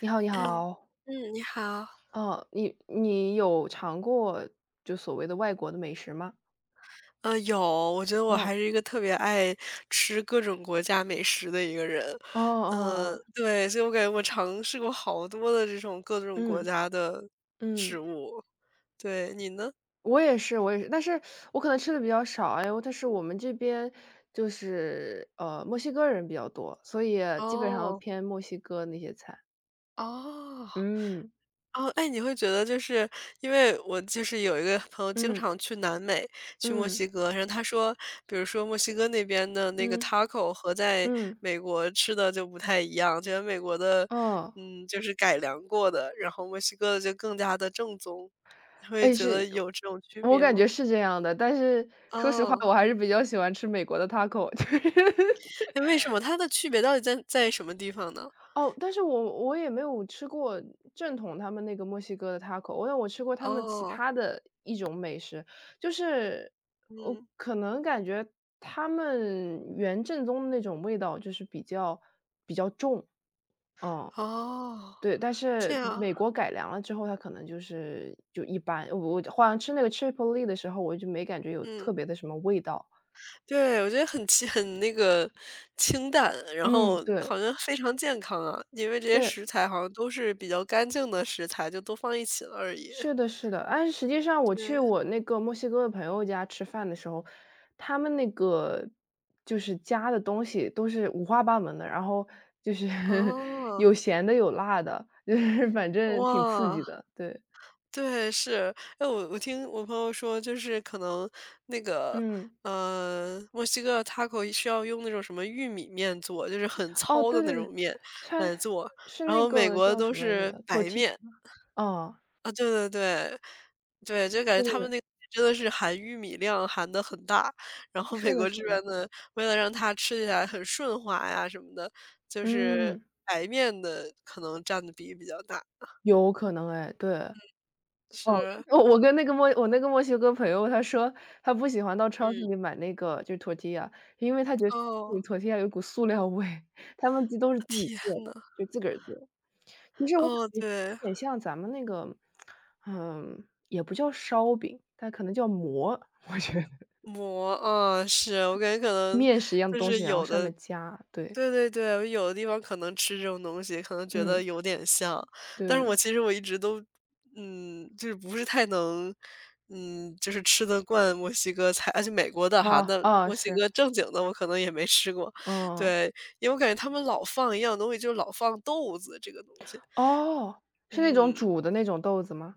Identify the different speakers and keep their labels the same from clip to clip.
Speaker 1: 你好，你
Speaker 2: 嗯，
Speaker 1: 好，
Speaker 2: 嗯，你好。
Speaker 1: 哦，你有尝过就所谓的外国的美食吗？
Speaker 2: 有，我觉得我
Speaker 1: 哦，
Speaker 2: 还是一个特别爱吃各种国家美食的一个人。
Speaker 1: 哦哦
Speaker 2: 嗯，
Speaker 1: 哦，
Speaker 2: 对，所以我感觉我尝试过好多的这种各种国
Speaker 1: 嗯
Speaker 2: 家的食
Speaker 1: 嗯，
Speaker 2: 物。对，你呢？
Speaker 1: 我也是，我也是，但是我可能吃的比较少，哎呦，但是我们这边就是墨西哥人比较多，所以基本上都
Speaker 2: 哦，
Speaker 1: 偏墨西哥那些菜。
Speaker 2: 哦。
Speaker 1: 嗯
Speaker 2: 哦，哎，你会觉得就是因为我就是有一个朋友经
Speaker 1: 嗯
Speaker 2: 常去南美，去墨
Speaker 1: 嗯
Speaker 2: 西哥，然后他说，比如说墨西哥那边的那个
Speaker 1: 嗯
Speaker 2: taco 和在
Speaker 1: 嗯，
Speaker 2: 美国吃的就不太一样，觉得美国的，
Speaker 1: 哦，
Speaker 2: 就是改良过的，然后墨西哥的就更加的正宗，你会
Speaker 1: 哎
Speaker 2: 觉得
Speaker 1: 是，
Speaker 2: 有这种区
Speaker 1: 我
Speaker 2: 别
Speaker 1: 感
Speaker 2: 吗？
Speaker 1: 觉是这样的，但是说实话，
Speaker 2: 哦，
Speaker 1: 我还是比较喜欢吃美国的 taco，就是
Speaker 2: 哎，为什么它的区别到底在什么地方呢？
Speaker 1: 哦，但是我也没有吃过正统他们那个墨西哥的 taco，但我吃过他们其
Speaker 2: 哦，
Speaker 1: 他的一种美食，就是我
Speaker 2: 嗯，
Speaker 1: 可能感觉他们原正宗的那种味道就是比较重，嗯，
Speaker 2: 哦，
Speaker 1: 对，但
Speaker 2: 这
Speaker 1: 是
Speaker 2: 样，
Speaker 1: 美国改良了之后，它可能就是就一般。我好像吃那个 Chipotle 的时候，我就没感觉有特
Speaker 2: 嗯。
Speaker 1: 别的什么味道。
Speaker 2: 对，我觉得很那个清淡，然
Speaker 1: 嗯，
Speaker 2: 后
Speaker 1: 对，
Speaker 2: 好像非常健康啊，因为这些
Speaker 1: 对。
Speaker 2: 食材好像都是比较干净的食材，就都放一起了而已。
Speaker 1: 是的，是的，但是实际上我去
Speaker 2: 对，
Speaker 1: 我那个墨西哥的朋友家吃饭的时候，他们那个就是加的东西都是五花八门的，然后就是
Speaker 2: 哦，
Speaker 1: 有咸的，有辣的，就是反正挺刺
Speaker 2: 哇，
Speaker 1: 激的。对，
Speaker 2: 对，是。哎，我听我朋友说，就是可能那个
Speaker 1: 嗯，
Speaker 2: 墨西哥 taco 是要用那种什么玉米面做，就是很
Speaker 1: 哦，
Speaker 2: 糙的
Speaker 1: 对
Speaker 2: 那
Speaker 1: 对
Speaker 2: 种
Speaker 1: 对，
Speaker 2: 面
Speaker 1: 它
Speaker 2: 来做，
Speaker 1: 是
Speaker 2: 然
Speaker 1: 那
Speaker 2: 后美
Speaker 1: 个
Speaker 2: 国
Speaker 1: 叫
Speaker 2: 都
Speaker 1: 什么来着
Speaker 2: 是
Speaker 1: 的
Speaker 2: 白
Speaker 1: ，tortilla，
Speaker 2: 面。
Speaker 1: 哦，
Speaker 2: 啊，对对对，对，就感觉
Speaker 1: 对
Speaker 2: 他
Speaker 1: 对
Speaker 2: 们
Speaker 1: 对，
Speaker 2: 那个真的是含玉米量含的很大，然后美
Speaker 1: 是的，
Speaker 2: 国
Speaker 1: 是
Speaker 2: 这
Speaker 1: 的，
Speaker 2: 边的为了让它吃起来很顺滑呀什么的，就是
Speaker 1: 嗯，
Speaker 2: 白面的可能占的比例比较大，
Speaker 1: 有可能哎，对。哦，
Speaker 2: 是，
Speaker 1: 我跟那个墨我那个墨西哥朋友他说，他不喜欢到超市
Speaker 2: 嗯，
Speaker 1: 里买那个就是 tortilla，因为他觉得超市
Speaker 2: 哦，
Speaker 1: 里 tortilla 有股塑料味，他们自己都是自己
Speaker 2: 天
Speaker 1: 做的，
Speaker 2: 呐，
Speaker 1: 就自个儿做。其实我感
Speaker 2: 哦，
Speaker 1: 觉有
Speaker 2: 对，
Speaker 1: 点像咱们那个，嗯，也不叫烧饼，它可能叫馍，我觉得
Speaker 2: 馍，嗯，是，我感觉可能
Speaker 1: 面食一样的
Speaker 2: 就
Speaker 1: 东
Speaker 2: 是
Speaker 1: 西，然后
Speaker 2: 有
Speaker 1: 上
Speaker 2: 的
Speaker 1: 面加，对，
Speaker 2: 对对对，我有的地方可能吃这种东西，可能觉得
Speaker 1: 嗯，
Speaker 2: 有点像，但是
Speaker 1: 对，
Speaker 2: 我其实我一直都，嗯，就是不是太能，就是吃得惯墨西哥菜，而且美国的哈，
Speaker 1: 啊，
Speaker 2: 那
Speaker 1: 啊，
Speaker 2: 墨西
Speaker 1: 是，
Speaker 2: 哥正经的我可能也没吃过，
Speaker 1: 嗯，
Speaker 2: 对，因为我感觉他们老放一样东西，就是老放豆子这个东西，
Speaker 1: 哦，是那种
Speaker 2: 嗯。
Speaker 1: 煮的那种豆子吗？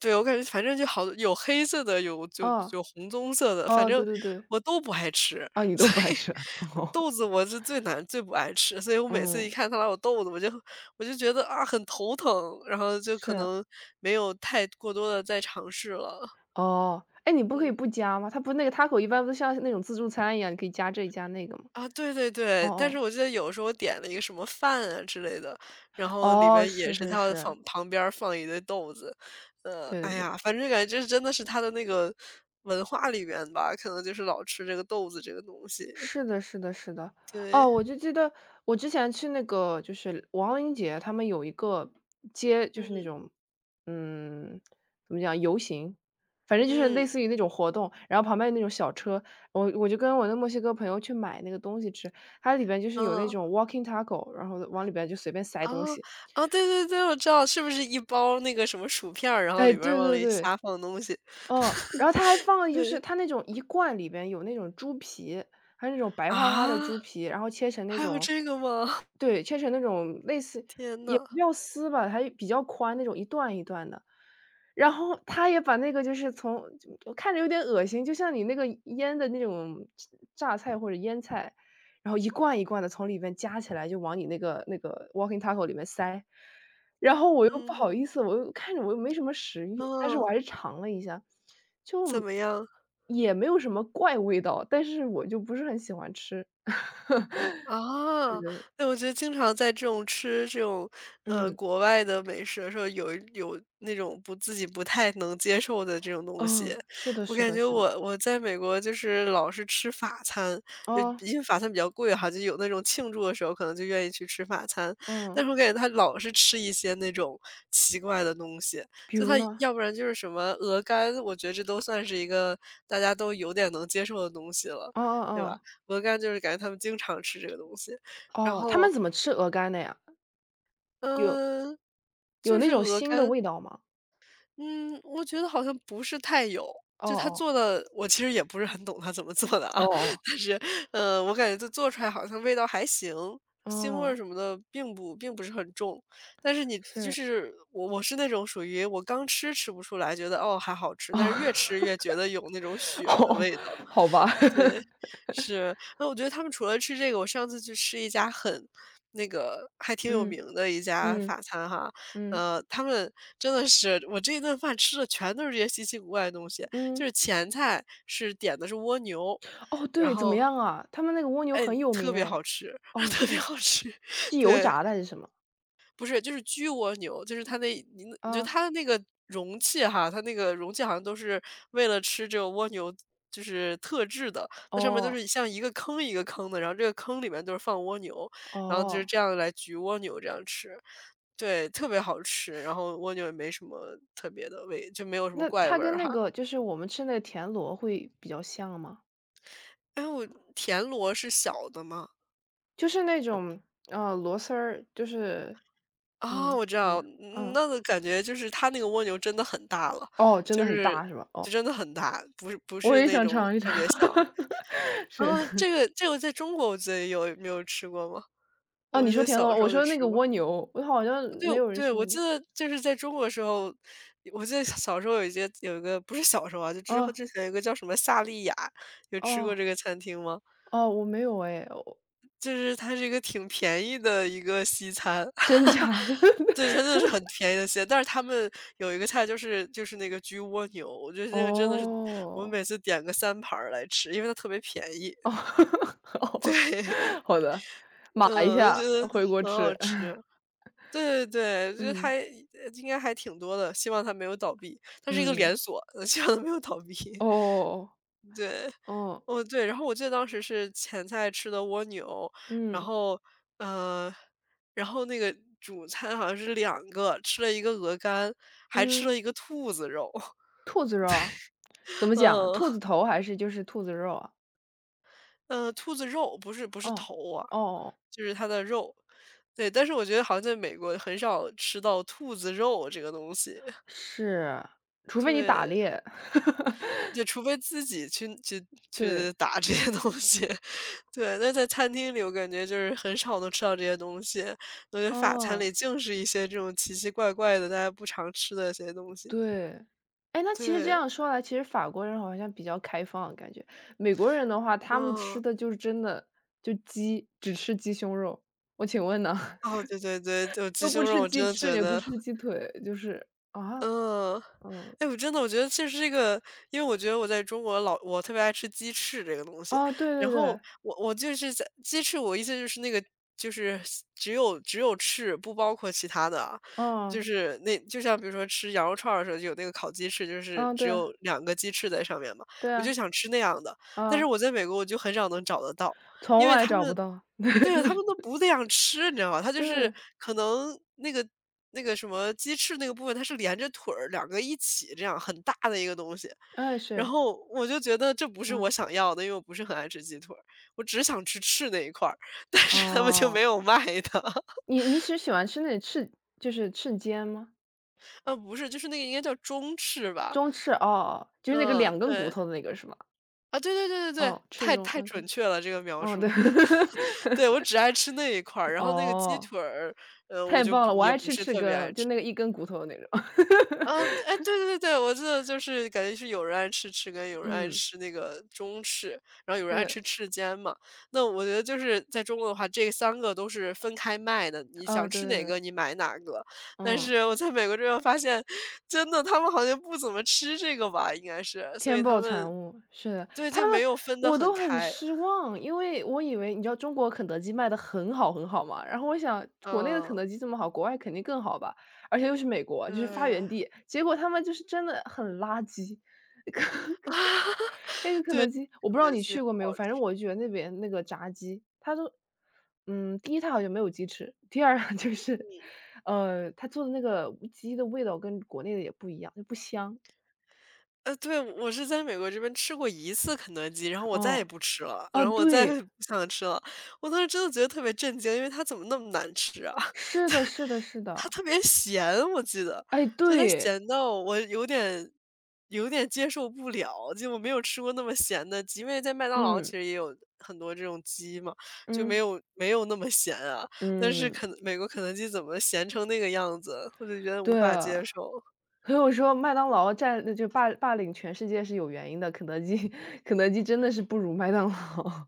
Speaker 2: 对，我感觉反正就好有黑色的，就
Speaker 1: 啊
Speaker 2: 有红棕色的，反
Speaker 1: 哦，
Speaker 2: 正
Speaker 1: 对对对。
Speaker 2: 我都不爱吃，
Speaker 1: 啊，你都
Speaker 2: 所
Speaker 1: 不爱吃，
Speaker 2: 以
Speaker 1: 哦。
Speaker 2: 豆子我是最不爱吃，所以我每次一
Speaker 1: 嗯。
Speaker 2: 看他老我豆子，我就觉得啊很头疼，然后就可
Speaker 1: 是，
Speaker 2: 能没有太过多的再尝试了，
Speaker 1: 哦。哎，你不可以
Speaker 2: 嗯。
Speaker 1: 不加吗？它不那个 taco 一般不都像那种自助餐一样，你可以加这加那个吗？
Speaker 2: 啊，对对
Speaker 1: 哦
Speaker 2: 对，但是
Speaker 1: 哦，
Speaker 2: 我记得有时候点了一个什么饭啊之类的，然后里
Speaker 1: 哦，
Speaker 2: 面也
Speaker 1: 是
Speaker 2: 是
Speaker 1: 是
Speaker 2: 它
Speaker 1: 是，
Speaker 2: 放旁边儿放一堆豆子，
Speaker 1: 对
Speaker 2: 哎
Speaker 1: 对对。
Speaker 2: 呀，反正感觉这真的是他的那个文化里面吧，可能就是老吃这个豆子这个东西。
Speaker 1: 是的，是的，是的。
Speaker 2: 对，
Speaker 1: 哦，我就记得我之前去那个就是王林杰他们有一个街，就是那
Speaker 2: 嗯
Speaker 1: 种，嗯，怎么讲，游行，反正就是
Speaker 2: 嗯
Speaker 1: 类似于那种活动，然后旁边有那种小车，我就跟我的墨西哥朋友去买那个东西吃，它里边就是有那
Speaker 2: 嗯，
Speaker 1: 种 walking taco，然后往里边就随便塞东
Speaker 2: 啊
Speaker 1: 西。
Speaker 2: 啊！对对对，我知道，是不是一包那个什么薯片儿然后
Speaker 1: 哎，
Speaker 2: 里边儿
Speaker 1: 对
Speaker 2: 往
Speaker 1: 对
Speaker 2: 里
Speaker 1: 对。
Speaker 2: 瞎放东西？
Speaker 1: 哦，然后他还放了就
Speaker 2: 对
Speaker 1: 是他那种一罐里边有那种猪皮，还有那种白花花的
Speaker 2: 啊，
Speaker 1: 猪皮，然后切成那
Speaker 2: 还有
Speaker 1: 种
Speaker 2: 这个吗？
Speaker 1: 对，切成那种类似
Speaker 2: 天
Speaker 1: 也
Speaker 2: 呐，
Speaker 1: 不叫丝吧，还比较宽那种一段一段的，然后他也把那个就是从我看着有点恶心，就像你那个腌的那种榨菜或者腌菜，然后一罐一罐的从里面夹起来就往你那个 walking taco 里面塞。然后我又不好
Speaker 2: 嗯
Speaker 1: 意思，我又看着我又没什么食欲，但是我
Speaker 2: 嗯，
Speaker 1: 还是尝了一下，
Speaker 2: 怎
Speaker 1: 就
Speaker 2: 么样？
Speaker 1: 也没有什么怪味道，但是我就不是很喜欢吃。
Speaker 2: 啊，
Speaker 1: 对，
Speaker 2: 那我觉得经常在这种吃这种，
Speaker 1: 嗯，
Speaker 2: 国外的美食的时候，有那种不自己不太能接受的这种东西。
Speaker 1: 哦，是的
Speaker 2: 我
Speaker 1: 是
Speaker 2: 感
Speaker 1: 的
Speaker 2: 觉
Speaker 1: 是的，
Speaker 2: 我在美国就是老是吃法餐，就
Speaker 1: 哦，
Speaker 2: 因为法餐比较贵哈，就有那种庆祝的时候可能就愿意去吃法餐，但
Speaker 1: 嗯，
Speaker 2: 是我感觉他老是吃一些那种奇怪的东西，
Speaker 1: 比
Speaker 2: 就
Speaker 1: 如
Speaker 2: 他
Speaker 1: 呢？
Speaker 2: 要不然就是什么鹅肝，我觉得这都算是一个大家都有点能接受的东西了，
Speaker 1: 哦哦
Speaker 2: 对吧？
Speaker 1: 哦。
Speaker 2: 鹅肝就是感觉他们经常吃这个东西。然
Speaker 1: 哦，他
Speaker 2: 后，
Speaker 1: 们怎么吃鹅肝的呀？有
Speaker 2: 嗯，
Speaker 1: 有
Speaker 2: 就
Speaker 1: 那
Speaker 2: 是
Speaker 1: 种
Speaker 2: 鹅
Speaker 1: 腥的
Speaker 2: 肝，
Speaker 1: 味道吗？
Speaker 2: 嗯，我觉得好像不是太有，
Speaker 1: 哦
Speaker 2: 就他
Speaker 1: 哦，
Speaker 2: 做的，我其实也不是很懂他怎么做的啊，
Speaker 1: 哦哦，
Speaker 2: 但是，我感觉他做出来好像味道还行，腥味儿
Speaker 1: 哦，
Speaker 2: 什么的并不是很重。但是你就
Speaker 1: 是，
Speaker 2: 是我是那种属于我吃不出来，觉得哦还好吃，
Speaker 1: 哦
Speaker 2: 但是越吃越觉得有那种 血的
Speaker 1: 哦，
Speaker 2: 味道。
Speaker 1: 好吧。
Speaker 2: 对，是。那我觉得他们除了吃这个，我上次去吃一家很那个还挺有
Speaker 1: 嗯，
Speaker 2: 名的一家
Speaker 1: 嗯，
Speaker 2: 法餐哈，
Speaker 1: 嗯，
Speaker 2: 他们真的是我这一顿饭吃的全都是这些稀奇古怪的东西，就是
Speaker 1: 嗯，
Speaker 2: 前菜是点的是蜗牛，
Speaker 1: 哦，
Speaker 2: 然
Speaker 1: 对，怎么
Speaker 2: 后
Speaker 1: 样啊？他们那个蜗牛
Speaker 2: 哎，
Speaker 1: 很有
Speaker 2: 特
Speaker 1: 名
Speaker 2: 别
Speaker 1: 哎。
Speaker 2: 好吃，
Speaker 1: 哦，
Speaker 2: 特
Speaker 1: 是
Speaker 2: 别
Speaker 1: 吗？
Speaker 2: 好吃，
Speaker 1: 是油
Speaker 2: 对。
Speaker 1: 炸的还是什么？
Speaker 2: 不是，就是焗蜗牛，就是你我觉得
Speaker 1: 啊，
Speaker 2: 它的那个容器哈，它那个容器好像都是为了吃这个蜗牛就是特制的，它上面都
Speaker 1: 哦，
Speaker 2: 是像一个坑一个坑的，然后这个坑里面都是放蜗牛，然后就是
Speaker 1: 哦，
Speaker 2: 这样来焗蜗牛这样吃。对，特别好吃，然后蜗牛也没什么特别的味，就没有什么
Speaker 1: 那
Speaker 2: 怪
Speaker 1: 它
Speaker 2: 味儿
Speaker 1: 跟那
Speaker 2: 哈。
Speaker 1: 个就是我们吃那个田螺会比较像吗？
Speaker 2: 哎，我田螺是小的吗？
Speaker 1: 就是那种，螺丝儿，就是
Speaker 2: 哦，
Speaker 1: 嗯，
Speaker 2: 我知
Speaker 1: 怎么
Speaker 2: 道，
Speaker 1: 讲？嗯。
Speaker 2: 那个感觉就是它那个蜗牛真的很大了，
Speaker 1: 哦，真
Speaker 2: 就
Speaker 1: 的很
Speaker 2: 是
Speaker 1: 大是吧？
Speaker 2: 就
Speaker 1: 哦，
Speaker 2: 真的很大，不
Speaker 1: 我
Speaker 2: 是
Speaker 1: 也
Speaker 2: 那
Speaker 1: 想
Speaker 2: 种
Speaker 1: 尝一
Speaker 2: 特
Speaker 1: 尝，
Speaker 2: 别小。啊，
Speaker 1: 是。
Speaker 2: 这个在中国我记得有没有吃过吗？
Speaker 1: 啊，
Speaker 2: 我
Speaker 1: 你
Speaker 2: 记
Speaker 1: 说
Speaker 2: 得
Speaker 1: 田
Speaker 2: 小
Speaker 1: 螺，
Speaker 2: 时
Speaker 1: 我
Speaker 2: 候就
Speaker 1: 说那
Speaker 2: 吃
Speaker 1: 个
Speaker 2: 过。
Speaker 1: 蜗牛，我好像
Speaker 2: 对
Speaker 1: 没有人
Speaker 2: 对，
Speaker 1: 吃
Speaker 2: 我
Speaker 1: 蜗
Speaker 2: 记
Speaker 1: 牛。
Speaker 2: 得就是在中国的时候，我记得小时候有一些有一个不是小时候啊，就之后
Speaker 1: 啊，
Speaker 2: 之前有一个叫什么夏莉亚，有吃过
Speaker 1: 哦，
Speaker 2: 这个餐厅吗？
Speaker 1: 哦，我没有哎，我
Speaker 2: 就是它是一个挺便宜的一个西餐，
Speaker 1: 真假的？
Speaker 2: 对，真的是很便宜的蟹，但是他们有一个菜就是那个焗蜗牛，我觉得那个真的是我
Speaker 1: 哦，
Speaker 2: 每次点个3盘儿来吃，因为它特别便宜。
Speaker 1: 哦 哦，好的，码一
Speaker 2: 嗯，我觉
Speaker 1: 下
Speaker 2: 得
Speaker 1: 回国
Speaker 2: 很好
Speaker 1: 吃。
Speaker 2: 吃。对对对，就是
Speaker 1: 嗯，
Speaker 2: 它应该还挺多的，希望它没有倒闭。它是一个连
Speaker 1: 嗯，
Speaker 2: 锁，希望它没有倒闭。
Speaker 1: 哦，
Speaker 2: 对，
Speaker 1: 哦，
Speaker 2: 哦，对，然后我记得当时是前菜吃的蜗牛，然
Speaker 1: 嗯，
Speaker 2: 后，呃，然后那个主餐好像是两个，吃了一个鹅肝，还吃
Speaker 1: 嗯，
Speaker 2: 了一个兔子肉。
Speaker 1: 兔子肉，怎么讲？兔
Speaker 2: 嗯
Speaker 1: 子头还是就是兔子肉啊？
Speaker 2: 嗯 兔子肉，不是
Speaker 1: 哦，哦
Speaker 2: 头啊，
Speaker 1: 哦哦。
Speaker 2: 就是它的肉。对，但是我觉得好像在美国很少吃到兔子肉这个东西。
Speaker 1: 是，除非你
Speaker 2: 对，
Speaker 1: 打猎。
Speaker 2: 就除非自己
Speaker 1: 对，
Speaker 2: 去打这些东西。对，那在餐厅里我感觉就是很少能吃到这些东西，我觉得法餐里
Speaker 1: 哦，
Speaker 2: 净是一些这种奇奇怪怪的、大家不常吃的一些东西。
Speaker 1: 对。哎，那其实这
Speaker 2: 对，
Speaker 1: 样说来，其实法国人好像比较开放感觉。美国人的话，他们吃
Speaker 2: 嗯，
Speaker 1: 的就是真的就鸡，只吃鸡胸肉。我请问呢？
Speaker 2: 哦，对对对，就鸡
Speaker 1: 都不
Speaker 2: 胸肉
Speaker 1: 吃
Speaker 2: 我真
Speaker 1: 鸡
Speaker 2: 的
Speaker 1: 翅，
Speaker 2: 觉
Speaker 1: 也不
Speaker 2: 得，
Speaker 1: 吃鸡腿，就是啊，
Speaker 2: 嗯。
Speaker 1: 嗯，
Speaker 2: 哎，我真的我觉得其实这是一个因为我觉得我在中国我特别爱吃鸡翅这个东西，
Speaker 1: 哦，对
Speaker 2: 然
Speaker 1: 对
Speaker 2: 后
Speaker 1: 对，
Speaker 2: 我就是在鸡翅，我意思就是那个就是只有翅，不包括其他的啊。就
Speaker 1: 嗯，
Speaker 2: 是那就像比如说吃羊肉串儿的时候，就有那个烤鸡翅，就是
Speaker 1: 嗯，
Speaker 2: 只
Speaker 1: 对，
Speaker 2: 有两个鸡翅在上面嘛，
Speaker 1: 对
Speaker 2: 我就
Speaker 1: 啊，
Speaker 2: 想吃那样的，但是
Speaker 1: 啊，
Speaker 2: 我在美国我就很少能找得到，因
Speaker 1: 从
Speaker 2: 为
Speaker 1: 来找不到。
Speaker 2: 对啊，他们都 不那样吃，你知道吗？他就是
Speaker 1: 对，
Speaker 2: 可能那个什么鸡翅那个部分，它是连着腿儿两个一起这样很大的一个东西，
Speaker 1: 哎，
Speaker 2: 然
Speaker 1: 是，
Speaker 2: 后我就觉得这不是我
Speaker 1: 嗯，
Speaker 2: 想要的，因为我不是很爱吃鸡腿儿，我只想吃翅那一块儿，但是他们就没
Speaker 1: 哦。
Speaker 2: 有卖的。
Speaker 1: 你是喜欢吃那种翅就是翅尖吗？
Speaker 2: 啊，不是，就是那个应该叫中翅吧？
Speaker 1: 中翅，哦哦就是那个
Speaker 2: 嗯，
Speaker 1: 两根骨
Speaker 2: 对，
Speaker 1: 头的那个是吗？
Speaker 2: 啊，对对对对对，
Speaker 1: 哦，翅中
Speaker 2: 太
Speaker 1: ，OK，嗯可
Speaker 2: 准
Speaker 1: 以，
Speaker 2: 确了这个描
Speaker 1: 嗯
Speaker 2: 述。
Speaker 1: 对。
Speaker 2: 对，我 只爱吃那一块儿，然后那个鸡
Speaker 1: 哦，
Speaker 2: 腿儿，我
Speaker 1: 太
Speaker 2: 就
Speaker 1: 棒了，
Speaker 2: 不
Speaker 1: 我
Speaker 2: 也
Speaker 1: 爱
Speaker 2: 不
Speaker 1: 吃
Speaker 2: 是
Speaker 1: 翅
Speaker 2: 特别爱
Speaker 1: 根，就
Speaker 2: 吃。
Speaker 1: 那个一根骨头的那种。
Speaker 2: 嗯，哎，对对对，我记得就是感觉是有人爱吃翅根，有人爱
Speaker 1: 嗯，
Speaker 2: 吃那个中翅，然后有人爱
Speaker 1: 对，
Speaker 2: 吃翅尖嘛。那我觉得就是在中国的话，这三个都是分开卖的，你
Speaker 1: 啊，
Speaker 2: 想
Speaker 1: 对
Speaker 2: 吃
Speaker 1: 对
Speaker 2: 哪
Speaker 1: 对，
Speaker 2: 个你买哪个。但
Speaker 1: 嗯。
Speaker 2: 是我在美国这边发现，真的他们好像不怎么吃这个吧，应该是，所以
Speaker 1: 天
Speaker 2: 他
Speaker 1: 暴
Speaker 2: 们
Speaker 1: 产物，是的，
Speaker 2: 对，
Speaker 1: 他
Speaker 2: 就
Speaker 1: 们
Speaker 2: 没有分得
Speaker 1: 我
Speaker 2: 很
Speaker 1: 都很
Speaker 2: 开。
Speaker 1: 失望，因为我以为你知道中国肯德基卖的很好很好嘛，然后我想国内的肯
Speaker 2: 嗯，
Speaker 1: 德基这么好，国外肯定更好吧，而且又是美国，就是发
Speaker 2: 对。
Speaker 1: 源地，结果他们就是真的很垃圾。那个肯
Speaker 2: 对，
Speaker 1: 德基，我不
Speaker 2: 可
Speaker 1: 知道
Speaker 2: 能
Speaker 1: 你
Speaker 2: 性
Speaker 1: 去过
Speaker 2: 不
Speaker 1: 没
Speaker 2: 好
Speaker 1: 有，反正我觉得那边那个炸鸡，它都嗯，第一它好像没有鸡翅，第二 就是，他做的那个鸡的味道跟国内的也不一样，就不香。
Speaker 2: 对，我是在美国这边吃过一次肯德基，然后我再也
Speaker 1: 哦，
Speaker 2: 不吃了，
Speaker 1: 哦，
Speaker 2: 然后我再
Speaker 1: 对。
Speaker 2: 也不想吃了。我当时真的觉得特别震惊，因为它怎么那么难吃啊？
Speaker 1: 是的是的是
Speaker 2: 它
Speaker 1: 的，
Speaker 2: 特别咸，我记得，
Speaker 1: 哎，
Speaker 2: 就它
Speaker 1: 对，
Speaker 2: 咸到我有点接受不了，就我没有吃过那么咸的鸡，因为在麦当劳其
Speaker 1: 嗯，
Speaker 2: 实也有很多这种鸡嘛，就没
Speaker 1: 嗯，
Speaker 2: 有没有那么咸啊。但是
Speaker 1: 嗯，
Speaker 2: 肯美国肯德基怎么咸成那个样子，我就觉得无
Speaker 1: 对。
Speaker 2: 法
Speaker 1: 啊，
Speaker 2: 接受。
Speaker 1: 所以我说麦当劳占就霸领全世界是有原因的，肯德基 肯德基真的是不如麦当劳。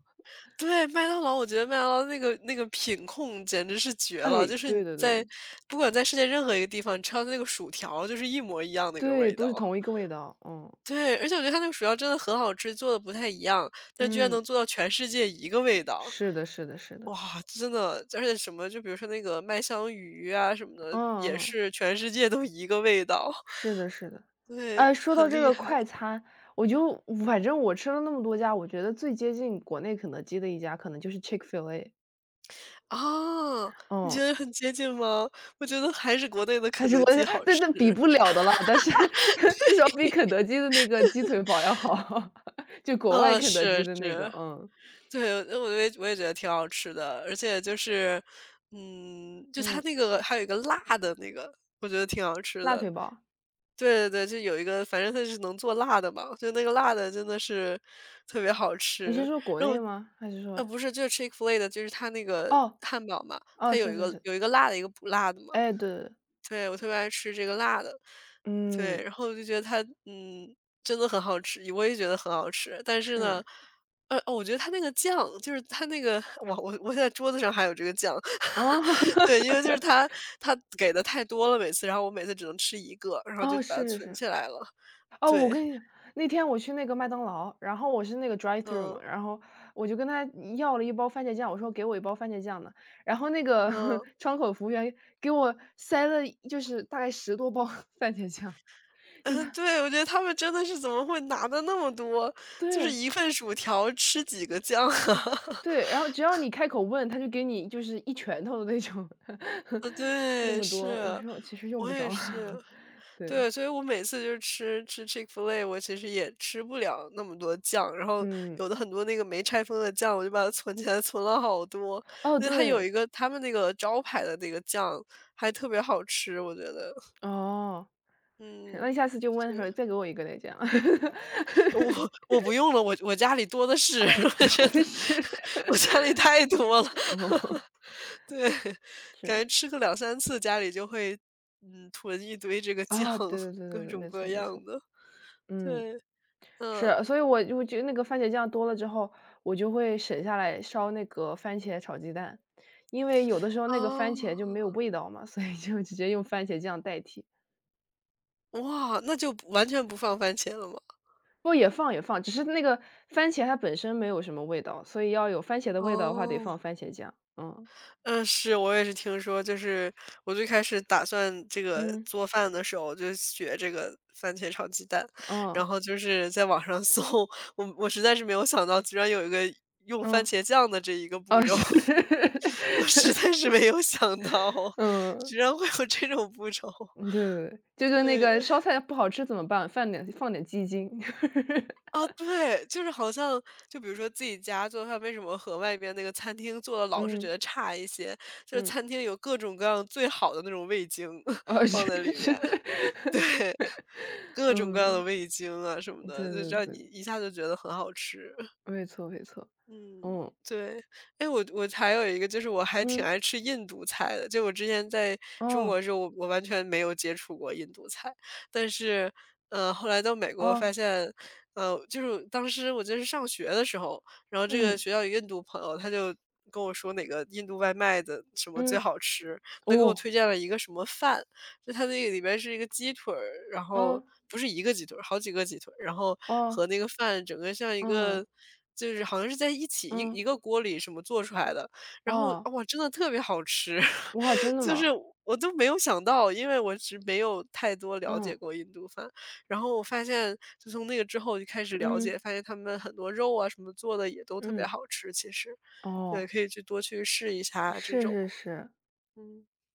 Speaker 2: 对，麦当劳，我觉得麦当劳那个品控简直是 绝了，
Speaker 1: 哎，
Speaker 2: 就是你
Speaker 1: 对的对的，
Speaker 2: 在不管在世界任何一个地方，你吃到的那个薯条就是一模一样那个
Speaker 1: 对，
Speaker 2: 味道。
Speaker 1: 都是同一个味道，嗯，
Speaker 2: 对，而且我觉得他那个薯条真的很好吃，做的不太一样，但居然能
Speaker 1: 嗯，
Speaker 2: 做到全世界一个味道，
Speaker 1: 是的是的是的，
Speaker 2: 哇，真的，而且什么就比如说那个麦香鱼啊什么的，也
Speaker 1: 嗯嗯，
Speaker 2: 是全世界都一个味道，
Speaker 1: 是的是的。
Speaker 2: 对，
Speaker 1: 哎，说到
Speaker 2: 很
Speaker 1: 这
Speaker 2: 厉
Speaker 1: 个
Speaker 2: 害。
Speaker 1: 快餐，我就反正我吃了那么多家，我觉得最接近国内肯德基的一家可能就是 Chick-fil-A，
Speaker 2: 啊，你
Speaker 1: 嗯。
Speaker 2: 觉得很接近吗？我觉得还是国内的
Speaker 1: 还
Speaker 2: 肯
Speaker 1: 是
Speaker 2: 德
Speaker 1: 我想
Speaker 2: 基好
Speaker 1: 那
Speaker 2: 吃。
Speaker 1: 那比不了的了，但是 至少比肯德基的那个鸡腿堡要好，就国外
Speaker 2: 啊，
Speaker 1: 肯德
Speaker 2: 是
Speaker 1: 基的那个，
Speaker 2: 是。
Speaker 1: 嗯，
Speaker 2: 对，我也觉得挺好吃的，而且就是，嗯，就它
Speaker 1: 嗯，
Speaker 2: 那个还有一个辣的那个，我觉得挺好吃
Speaker 1: 辣
Speaker 2: 的。
Speaker 1: 腿堡，
Speaker 2: 对对对，就有一个，反正它是能做辣的嘛，就那个辣的真的是特别好
Speaker 1: 你是
Speaker 2: 吃。
Speaker 1: 说国
Speaker 2: 然后，
Speaker 1: 内吗？还是说
Speaker 2: 不是，就是 Chick-fil-A 的，就是它那个
Speaker 1: 哦，
Speaker 2: 汉堡嘛，它
Speaker 1: 哦，
Speaker 2: 有
Speaker 1: 是
Speaker 2: 一
Speaker 1: 是
Speaker 2: 个
Speaker 1: 是，
Speaker 2: 有一个辣的，一个不辣的嘛。
Speaker 1: 哎，对对对，
Speaker 2: 对，我特别爱吃这个辣的，对，
Speaker 1: 嗯，
Speaker 2: 然后我就觉得它，嗯，真的很好吃，我也觉得很好吃。但是呢，
Speaker 1: 是，
Speaker 2: 我觉得它那个酱，就是它那个，我现在桌子上还有这个酱，
Speaker 1: 哦
Speaker 2: 对，因为就是它给的太多了，每次，然后我每次只能吃一个，然 后就
Speaker 1: 哦，
Speaker 2: 把它
Speaker 1: 是是
Speaker 2: 存
Speaker 1: 是。
Speaker 2: 起来了。
Speaker 1: 哦，我
Speaker 2: 对，
Speaker 1: 跟你讲，那天我去那个麦当劳，然后我是那个 drive through 嘛，
Speaker 2: 嗯
Speaker 1: 然后我就跟他要了一包番茄酱，我说给我一包番茄酱呢，然后那个
Speaker 2: 嗯。
Speaker 1: 窗口服务员给我塞了就是大概十多包 番茄酱，就
Speaker 2: 嗯，
Speaker 1: 他
Speaker 2: 对，我觉得他们真的是怎么会拿的那么多？就是
Speaker 1: 对
Speaker 2: 一份薯条吃几个酱啊？
Speaker 1: 对，然后只要你开口问，他就给你就是一拳头的那种，那
Speaker 2: 对，
Speaker 1: 么多，我
Speaker 2: 是，
Speaker 1: 说其实用
Speaker 2: 我
Speaker 1: 不
Speaker 2: 也
Speaker 1: 着，
Speaker 2: 是。
Speaker 1: 对，
Speaker 2: 对，所以我每次就是吃吃 Chick-fil-A,我其实也吃不了那么多酱，然后
Speaker 1: 嗯，
Speaker 2: 有的很多那个没拆封的酱，我就把它存起来，存了好多。
Speaker 1: 哦
Speaker 2: 那它有
Speaker 1: 对，
Speaker 2: 一个他们那个招牌的那个酱还特别好吃，我觉得，
Speaker 1: 哦，那
Speaker 2: 嗯，
Speaker 1: 下次就问他
Speaker 2: 是
Speaker 1: 说再给我一个那这样。
Speaker 2: 我不用了，我家里多的是，
Speaker 1: 已
Speaker 2: 我
Speaker 1: 经
Speaker 2: 觉得我家里太多了，
Speaker 1: 哦，
Speaker 2: 对，感
Speaker 1: 是。
Speaker 2: 觉吃个两三次，家里就会嗯囤一堆这个酱，
Speaker 1: 啊，对对对
Speaker 2: 各
Speaker 1: 对对，
Speaker 2: 种
Speaker 1: 没
Speaker 2: 各
Speaker 1: 错没
Speaker 2: 样
Speaker 1: 错。
Speaker 2: 的，
Speaker 1: 嗯，
Speaker 2: 对，嗯。
Speaker 1: 是，所以我就觉得那个番茄酱多了之后，我就会省下来烧那个番茄炒鸡蛋，因为有的时候那个
Speaker 2: 哦，
Speaker 1: 番茄就没有味道嘛，所以就直接用番茄酱代替。
Speaker 2: 哇，那就不完全不放番茄了吗？
Speaker 1: 不过也放也放，只是那个番茄它本身没有什么味道，所以要有番茄的味道的话，得
Speaker 2: 哦，
Speaker 1: 放番茄酱。嗯，
Speaker 2: 嗯，是，我也是听说，就是我最开始打算这个
Speaker 1: 嗯，
Speaker 2: 做饭的时候，我就学这个番茄炒鸡蛋，然
Speaker 1: 嗯，
Speaker 2: 后就是在网上搜，我实在是没有想到，居然有一个用番
Speaker 1: 嗯，
Speaker 2: 茄酱的这一个步
Speaker 1: 哦，
Speaker 2: 骤，
Speaker 1: 是，
Speaker 2: 我实在 是没有想到，
Speaker 1: 嗯。
Speaker 2: 居然会有这种步骤，
Speaker 1: 嗯，对，对就 跟那
Speaker 2: 对。
Speaker 1: 个烧菜不好吃怎么办？放点放点鸡精。
Speaker 2: 啊，对，就是好像就比如说自己家做饭，为什么和外边那个餐厅做的老是觉
Speaker 1: 嗯，
Speaker 2: 得差一些？就是
Speaker 1: 嗯。
Speaker 2: 餐 厅有各种各样最好的那种味精
Speaker 1: 哦，是
Speaker 2: 放在里
Speaker 1: 是，
Speaker 2: 面，各种各样的
Speaker 1: 嗯，
Speaker 2: 味精啊什么
Speaker 1: 对
Speaker 2: 的，
Speaker 1: 对
Speaker 2: 就让你
Speaker 1: 对，
Speaker 2: 一下就觉得很好吃。
Speaker 1: 没错没错，
Speaker 2: 嗯，
Speaker 1: 嗯，
Speaker 2: 对。哎，我还有一个就是我还挺
Speaker 1: 嗯。
Speaker 2: 爱吃印度菜的，就我之前在中国的
Speaker 1: 哦，
Speaker 2: 时候，我完全没有接触过印度菜。但是，后来到美国我发
Speaker 1: 哦，
Speaker 2: 现，就是当时我就是上学的时候，然后这个
Speaker 1: 嗯。
Speaker 2: 学校有印度朋友，他就跟我说哪个印度外卖的什么最
Speaker 1: 嗯，
Speaker 2: 好吃，他给我
Speaker 1: 哦，
Speaker 2: 推荐了一个什么饭，就它那个里边是一个鸡腿儿，然后
Speaker 1: 嗯，
Speaker 2: 不是一个鸡腿儿，好几个鸡腿儿，然后
Speaker 1: 哦，
Speaker 2: 和那个饭整个像一
Speaker 1: 嗯，
Speaker 2: 个就是好像是在一起一
Speaker 1: 嗯，
Speaker 2: 一个锅里什么做出来的，然后
Speaker 1: 哦，
Speaker 2: 哇，真的特别好吃，
Speaker 1: 哇，真 的
Speaker 2: 就是
Speaker 1: 吗？
Speaker 2: 我都没有想到，因为我是没有太多了
Speaker 1: 嗯。
Speaker 2: 解过印度饭，然后我发现就从那个之后就开始了解，
Speaker 1: 嗯，
Speaker 2: 发现他们很多肉啊什么做的也都特别
Speaker 1: 嗯。
Speaker 2: 好吃，其实，对，
Speaker 1: 哦。
Speaker 2: 可以去多去试一下这
Speaker 1: 是
Speaker 2: 种，
Speaker 1: 是是。
Speaker 2: 嗯。